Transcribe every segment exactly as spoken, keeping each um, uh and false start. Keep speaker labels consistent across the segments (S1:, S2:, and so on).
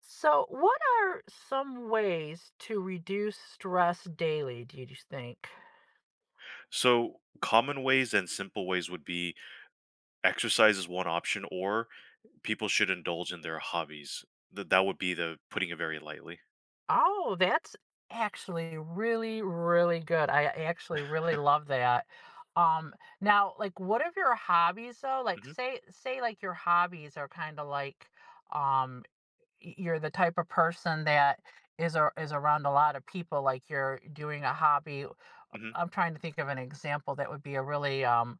S1: So, what are some ways to reduce stress daily, do you just think?
S2: So, common ways and simple ways would be exercise is one option, or people should indulge in their hobbies. Th- that would be the putting it very lightly.
S1: Oh, that's actually really, really good. I actually really love that. Um, Now, like, what are your hobbies though? Like,
S2: hmm
S1: say, say, like, your hobbies are kind of like, um, y- you're the type of person that is a, is around a lot of people. Like, you're doing a hobby.
S2: hmm
S1: I'm trying to think of an example that would be a really um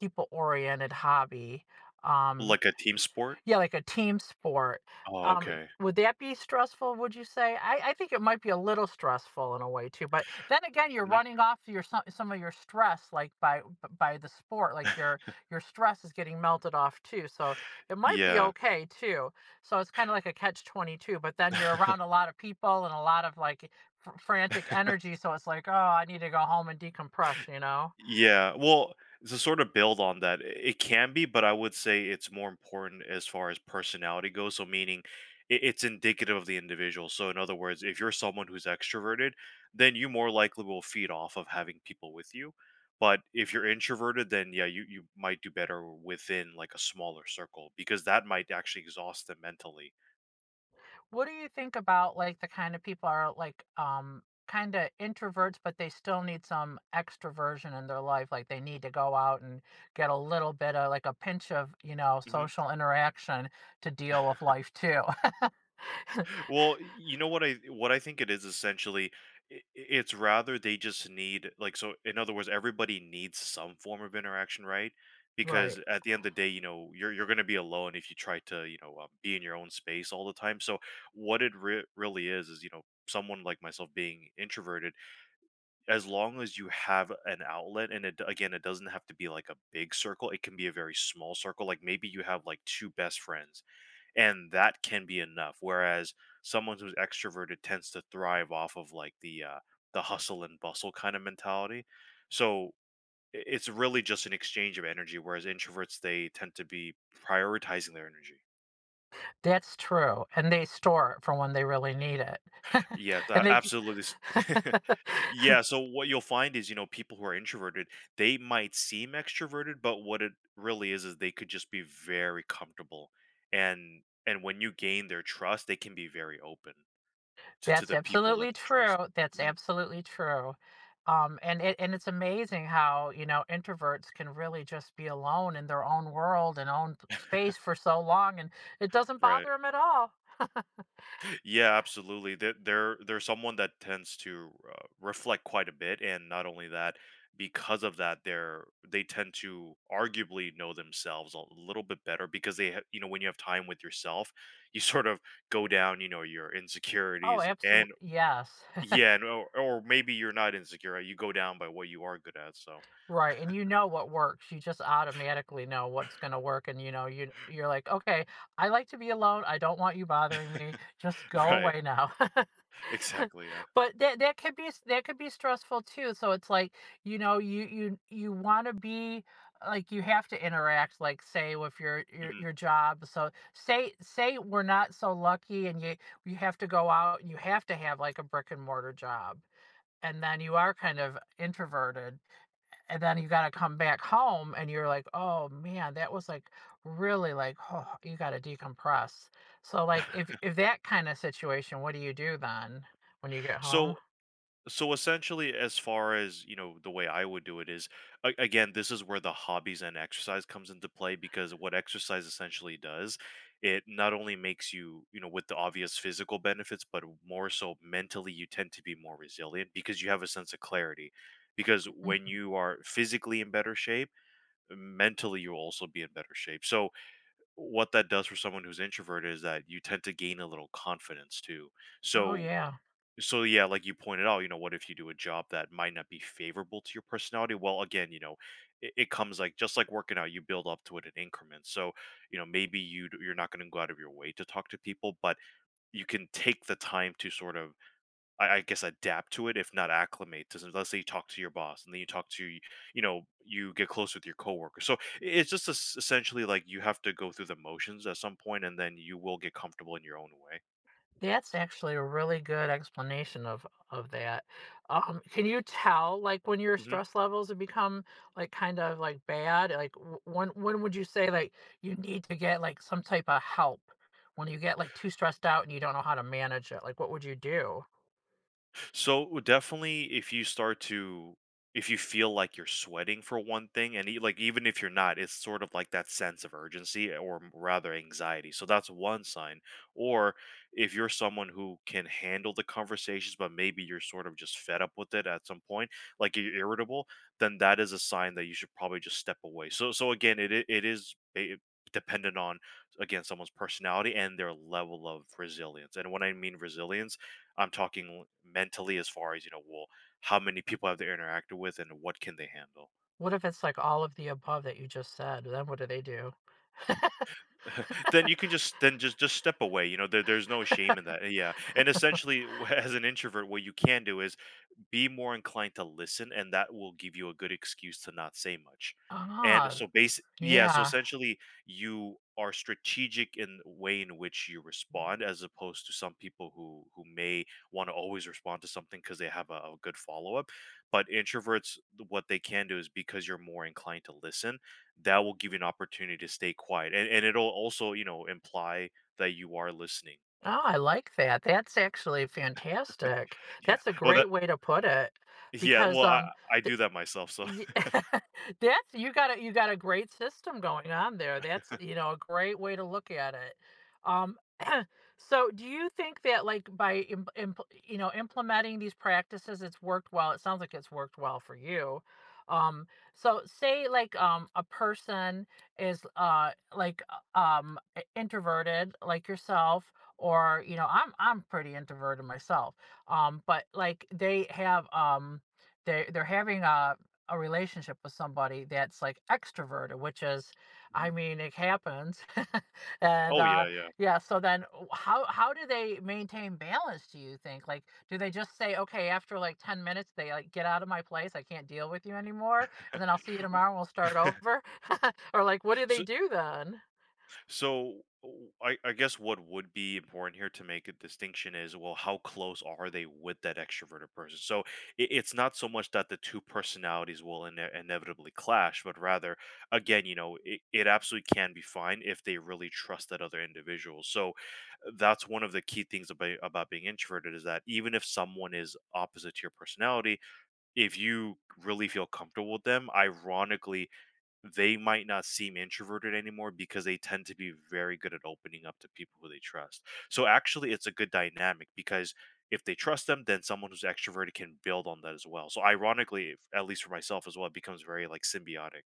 S1: people-oriented hobby. Um,
S2: Like a team sport.
S1: Yeah, like a team sport.
S2: Oh,
S1: Um,
S2: okay.
S1: would that be stressful, would you say? I, I think it might be a little stressful in a way too, but then again, you're
S2: hmm
S1: running off your some, some of your stress like by by the sport, like your your stress is getting melted off too. So it might be
S2: Yeah.
S1: okay too. So it's kind of like a catch twenty-two, but then you're around a lot of people and a lot of like fr- frantic energy, so it's like, "Oh, I need to go home and decompress," you know?
S2: Yeah, well, to sort of build on that, I it can be, but I would say it's more important as far as personality goes. So, meaning it, it's indicative of the individual. So, in other words, if you're someone who's extroverted, then you more likely will feed off of having people with you. But if you're introverted, then yeah, you, you might do better within like a smaller circle because that might actually exhaust them mentally.
S1: What do you think about like the kind of people are like um kind of introverts, but they still need some extroversion in their life, like they need to go out and get a little bit of like a pinch of, you know,
S2: hmm
S1: social interaction to deal with life too.
S2: Well, you know what I what I think it is essentially i- it's rather they just need like so in other words everybody needs some form of interaction, right? Because
S1: Right.
S2: at the end of the day, you know, you're you're going to be alone if you try to, you know, um, be in your own space all the time. So what it re- really is is, you know, someone like myself being introverted, as long as you have an outlet and it d- again, it doesn't have to be like a big circle. It can be a very small circle. Like maybe you have like two best friends and that can be enough. Whereas someone who's extroverted tends to thrive off of like the uh, the hustle and bustle kind of mentality. So i- it's really just an exchange of energy. Whereas introverts they tend to be prioritizing their energy.
S1: That's true, and they store it for when they really need it.
S2: Yes,
S1: And
S2: a-
S1: they,
S2: absolutely. s- yeah. So what you'll find is you know people who are introverted they might seem extroverted, but what it really is is they could just be very comfortable and and when you gain their trust they can be very open To to
S1: that's
S2: the people that
S1: absolutely
S2: they trust.
S1: true, that's
S2: Mhm.
S1: absolutely true, um, and it and it's amazing how, you know, introverts can really just be alone in their own world and own p space for so long, and it doesn't bother
S2: Right.
S1: bother them at all.
S2: Yeah, absolutely. They're they're they're someone that tends to, uh, reflect quite a bit, and not only that, because of that, they're they tend to arguably know themselves a little bit better because they ha you know, when you have time with yourself, you sort of go down, you know, your
S1: Oh,
S2: insecurities
S1: absolutely,
S2: and
S1: yes.
S2: yeah, and or or maybe you're not insecure, you go down by what you are good at, so
S1: Right, and you know what works. You just automatically know what's gonna work, and you know you you're like, okay, I like to be alone. I don't want you bothering me. Just go
S2: Right.
S1: away now.
S2: Exactly, yeah.
S1: But that that could be s- that could be stressful too. So it's like, you know, you you you want to be like you have to interact. Like say with your your
S2: Mhm.
S1: your job. So say say we're not so lucky, and you you have to go out, and you have to have like a brick and mortar job, and then you are kind of introverted, and then you gotta come back home and you're like, oh man, that was like really like, oh, you gotta decompress. So like if if that kind of situation, what do you do then when you get home?
S2: So So essentially, as far as you know, the way I would do it is, a- again, this is where the hobbies and exercise comes into play because what exercise essentially does, it not only makes you, you know, with the obvious physical benefits, but more so mentally, you tend to be more resilient because you have a sense of clarity. Because when
S1: Mm.
S2: you are physically in better shape, mentally you'll also be in better shape. So what that does for someone who's introverted is that you tend to gain a little confidence too.
S1: Oh,
S2: So
S1: yeah.
S2: so yeah, like you pointed out, you know, what if you do a job that might not be favorable to your personality? Well, again, you know, it, it comes like just like working out, you build up to it in increments. So you know, maybe you d- you're not going to go out of your way to talk to people, but you can take the time to sort of, I, I guess, adapt to it, if not acclimate to. some- Let's say you talk to your boss, and then you talk to, y- you know, you get close with your coworker. So i- it's just es- essentially like you have to go through the motions at some point, and then you will get comfortable in your own way.
S1: That's actually a really good explanation of of that. Um, can you tell like when your
S2: Mm-hmm.
S1: stress levels have become like kind of like bad? Like w- when when would you say like you need to get like some type of help when you get like too stressed out and you don't know how to manage it? Like what would you do?
S2: So definitely, if you start to, if you feel like you're sweating for one thing, and e- like even if you're not, it's sort of like that sense of urgency or m- rather anxiety. So that's one sign. Or if you're someone who can handle the conversations, but maybe you're sort of just fed up with it at some point, like you're irritable, then that is a sign that you should probably just step away. So so again, it i- it is. ba- dependent on again someone's personality and their level of resilience and when I mean resilience I'm talking mentally as far as, you know, well, how many people have they interacted with and what can they handle?
S1: What if it's like all of the above that you just said? Then what do they do?
S2: Then you can just then just just step away. You know, there, there's no shame in that. Yeah, and essentially, w- as an introvert, what you can do is be more inclined to listen, and that will give you a good excuse to not say much. And
S1: Ah,
S2: so base, yeah, so
S1: yeah.
S2: essentially, you are strategic in the way in which you respond as opposed to some people who who may wanna always respond to something because they have a a good follow-up. But introverts, th- what they can do is because you're more inclined to listen, that will give you an opportunity to stay quiet, and and it'll also, you know, imply that you are listening.
S1: Oh, I like that. That's actually fantastic.
S2: Yeah.
S1: That's a
S2: Well, that
S1: great way to put it.
S2: yeah,
S1: Because,
S2: well, I
S1: um,
S2: I do that myself, so
S1: Ye that's, you got a you got a great system going on there, that's, you know, a great way to look at it. Um, so do you think that, like, by im imp you know, implementing these practices, it's worked well? It sounds like it's worked well for you. Um, so say, like, um, a person is, uh, like, uh, um, I introverted like yourself, or, you know, I'm I'm pretty introverted myself, um, but, like, they have, um, they they're having a a relationship with somebody that's like extroverted, which is, I
S2: Mhm.
S1: mean, it happens. and
S2: Oh,
S1: uh,
S2: yeah, yeah.
S1: yeah, so then w- how how do they maintain balance, do you think? Like, do they just say, okay, after like ten minutes, they like get out of my place, I can't deal with you anymore, and then I'll see you
S2: W
S1: tomorrow, and we'll start over? Or like, what do they
S2: So
S1: do then?
S2: so, w I I guess what would be important here to make a distinction is, well, how close are they with that extroverted person? So, it it's not so much that the two personalities will ine inevitably clash, but rather, again, you know, it it absolutely can be fine if they really trust that other individual. So, uh, that's one of the key things about about being introverted is that even if someone is opposite to your personality, if you really feel comfortable with them, ironically, they might not seem introverted anymore because they tend to be very good at opening up to people who they trust. So actually it's a good dynamic because if they trust them, then someone who's extroverted can build on that as well. So ironically, if- at least for myself as well, it becomes very like symbiotic.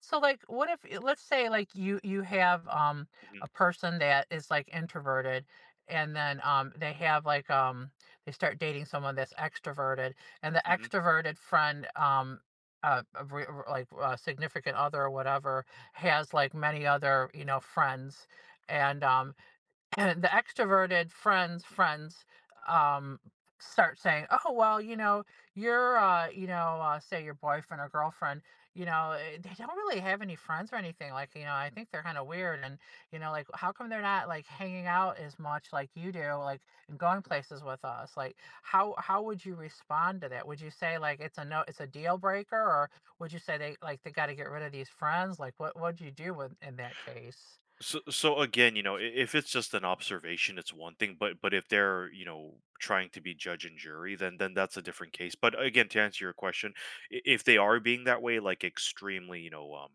S1: So like what if, eh, let's say like you you have um
S2: hmm
S1: a person that is like introverted, and then um they have like, um they start dating someone that's extroverted, and the
S2: hmm
S1: extroverted friend, um uh uh, re- re- like, uh, significant other or whatever, has like many other, you know, friends, and um the extroverted friends friends um start saying, oh well, you know, your, uh you know, uh, say your boyfriend or girlfriend, you know, eh, they don't really have any friends or anything, like, you know, I think they're kind of weird, and, you know, like, how come they're not like hanging out as much like you do, like, and going places with us, like, how how would you respond to that? Would you say like it's a, no, it's a deal breaker, or would you say they like they got to get rid of these friends, like, what what would you do with in that case?
S2: So, so again, you know, i- if it's just an observation, it's one thing. But, but if they're, you know, trying to be judge and jury, then, then that's a different case. But again, to answer your question, i- if they are being that way, like extremely, you know, um,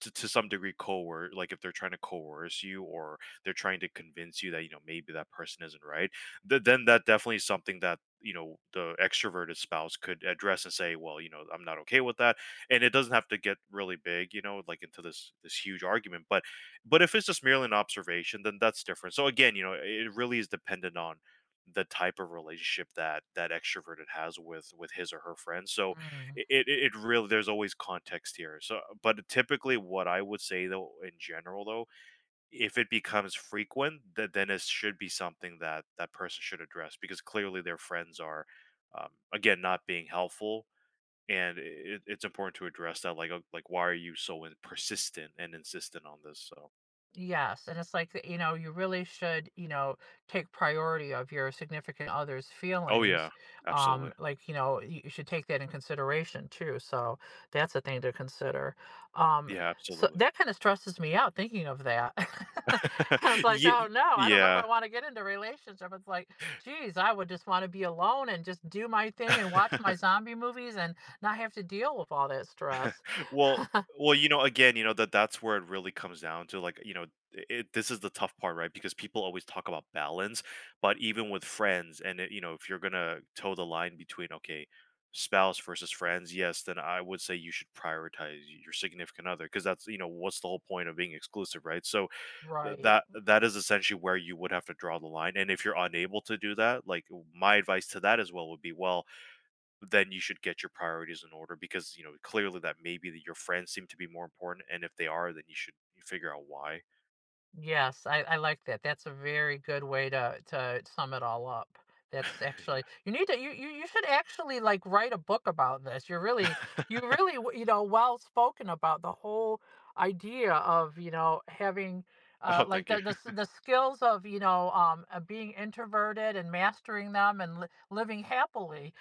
S2: to, to some degree, coerce, like if they're trying to coerce you or they're trying to convince you that, you know, maybe that person isn't right, th- then that definitely is something that, you know, the extroverted spouse could address and say, well, you know, I'm not okay with that. And it doesn't have to get really big, you know, like into this, this huge argument. But but if it's just merely an observation, then that's different. So again, you know, it really is dependent on the type of relationship that that extroverted has with with his or her friends. So
S1: Mm.
S2: it it, it really there's always context here. So but typically what I would say though in general though, if it becomes frequent, that then it should be something that that person should address because clearly their friends are um, again not being helpful and it, it's important to address that like uh, like why are you so in- persistent and insistent on this so
S1: Yes, and it's like, you know, you really should, you know, take priority of your significant other's
S2: Oh,
S1: feelings.
S2: yeah.
S1: Um,
S2: Absolutely.
S1: like, you know, you you should take that in consideration too. So that's a thing to consider. Um,
S2: Yeah,
S1: so
S2: absolutely.
S1: that kind of stresses me out thinking of that. I was like, oh
S2: Ye
S1: no, I don't know if
S2: yeah.
S1: I want to get into a relationship. It's like, geez, I would just want to be alone and just do my thing and watch my zombie movies and not have to deal with all that stress.
S2: Well well, you know, again, you know, that that's where it really comes down to, like, you know, it this is the tough part, right? Because people always talk about balance, but even with friends and, it you know, if you're gonna toe the line between, okay, spouse versus friends, yes, then I would say you should prioritize your significant other, because that's, you know, what's the whole point of being exclusive, right? So, Th-
S1: Right.
S2: that that is essentially where you would have to draw the line and if you're unable to do that like my advice to that as well would be well then you should get your priorities in order because you know clearly that maybe that your friends seem to be more important and if they are then you should figure out why
S1: Yes, I, I like that. That's a very good way to to sum it all up. That's actually,
S2: yeah
S1: you need to you, you you should actually like write a book about this. You're really, you really w- you know, well spoken about the whole idea of, you know, having, uh
S2: oh
S1: like
S2: thank you
S1: the the, s- the skills of, you know, um uh, being introverted and mastering them and li- living happily.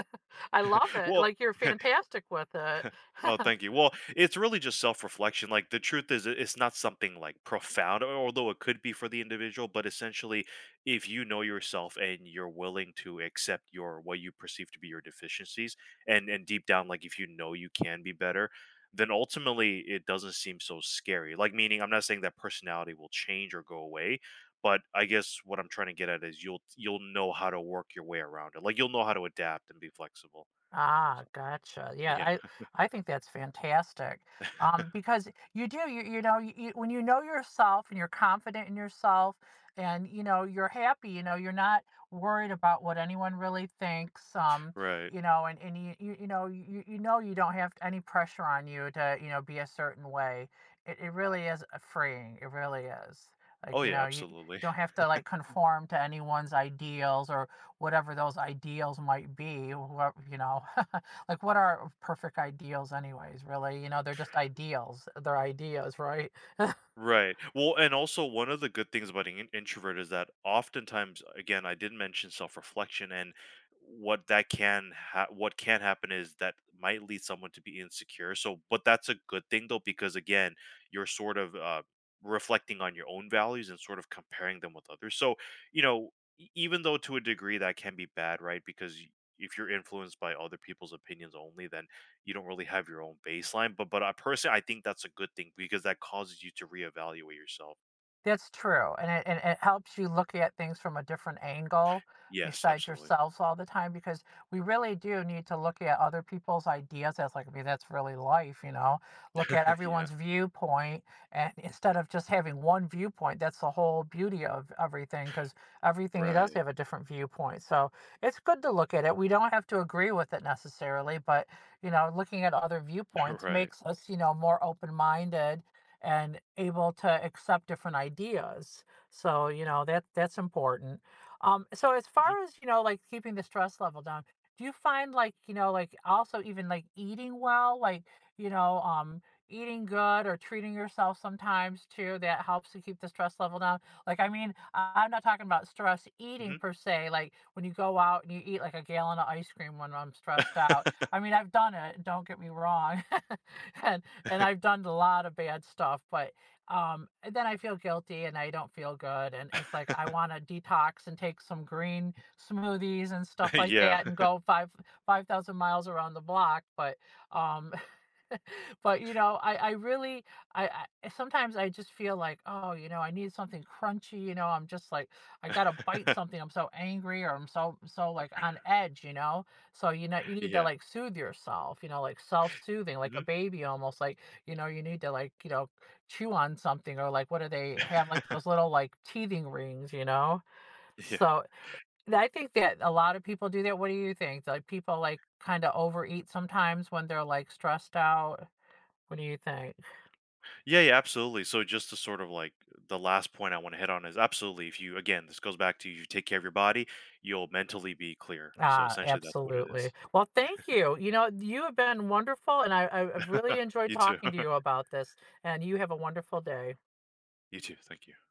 S1: I love it.
S2: well
S1: Like, you're fantastic with it.
S2: Oh, thank you. Well, it's really just self-reflection. Like the truth is, it- it's not something like profound, al- although it could be for the individual. But essentially, if you know yourself and you're willing to accept your what you perceive to be your deficiencies, and and deep down, like if you know you can be better, then ultimately it doesn't seem so scary. Like meaning, I'm not saying that personality will change or go away, but I guess what I'm trying to get at is you'll you'll know how to work your way around it. Like you'll know how to adapt and be flexible.
S1: Ah,
S2: So
S1: gotcha. Yeah,
S2: yeah,
S1: I I think that's fantastic. Um, because you do you, you know, you, you- when you know yourself and you're confident in yourself and you know you're happy, you know you're not worried about what anyone really thinks. Um,
S2: right.
S1: you know, and and you you, you know, you you know you don't have any pressure on you to, you know, be a certain way. It it really is, uh, freeing. It really is. Like,
S2: Oh
S1: you
S2: yeah,
S1: know, you you
S2: absolutely.
S1: don't have to like conform to anyone's ideals, or whatever those ideals might be, what, you know, like, what are perfect ideals anyways, really? You know, they're just ideals, they're ideas. Right.
S2: Right. Well, and also one of the good things about an introvert is that oftentimes, again, I did mention self-reflection, and what that can ha- what can happen is that might lead someone to be insecure. So, but that's a good thing though, because again, you're sort of uh, reflecting on your own values and sort of comparing them with others. So, you know, e- even though to a degree that can be bad, right? Because y- if you're influenced by other people's opinions only, then you don't really have your own baseline. But but I personally I think that's a good thing because that causes you to reevaluate yourself.
S1: That's true, and it and it helps you look at things from a different angle
S2: Yes,
S1: besides
S2: absolutely.
S1: yourselves all the time, because we really do need to look at other people's ideas. As like, I mean, that's really life, you know? Look at
S2: yeah.
S1: everyone's viewpoint, and instead of just having one viewpoint, that's the whole beauty of everything, because everything does
S2: Right.
S1: have a different viewpoint. So it's good to look at it. We don't have to agree with it necessarily, but, you know, looking at other viewpoints
S2: Right.
S1: makes us, you know, more open-minded and able to accept different ideas. So, you know, that that's important. Um, so as
S2: Mhm,
S1: far as, you know, like keeping the stress level down, do you find like, you know, like also even like eating well, like, you know, um, eating good or treating yourself sometimes too, that helps to keep the stress level down? Like, I mean, I- I'm not talking about stress eating
S2: mhm.
S1: per se, like when you go out and you eat like a gallon of ice cream when I'm stressed out. I mean, I've done it, don't get me wrong. And and I've done a lot of bad stuff, but, um, and then I feel guilty and I don't feel good, and it's like I wanna detox and take some green smoothies and stuff like
S2: yeah.
S1: that and go five 5,000 miles around the block, but, um, but, you know, I I really, I I sometimes I just feel like, "Oh, you know, I need something crunchy," you know, I'm just like, I gotta bite something, I'm so angry or I'm so so, like, on edge, you know? So, you know, you need to
S2: yeah.
S1: like soothe yourself, you know, like self-soothing, like a
S2: Mhm.
S1: baby almost, like, you know, you need to like, you know, chew on something, or like what do they have, like those little like teething rings, you know?
S2: Yeah.
S1: So th- I think that a lot of people do that. What do you think? Like people like kind of overeat sometimes when they're like stressed out. What do you think?
S2: Yeah, yeah, absolutely. So just to sort of like the last point I want to hit on is absolutely if you again, this goes back to you take care of your body, you'll mentally be clear. So
S1: Ah,
S2: essentially that's what it
S1: absolutely.
S2: is.
S1: Well, thank you. You know, you have been wonderful, and I, I- I've really enjoyed
S2: you too.
S1: talking to you about this, and you have a wonderful day.
S2: you too. Thank you.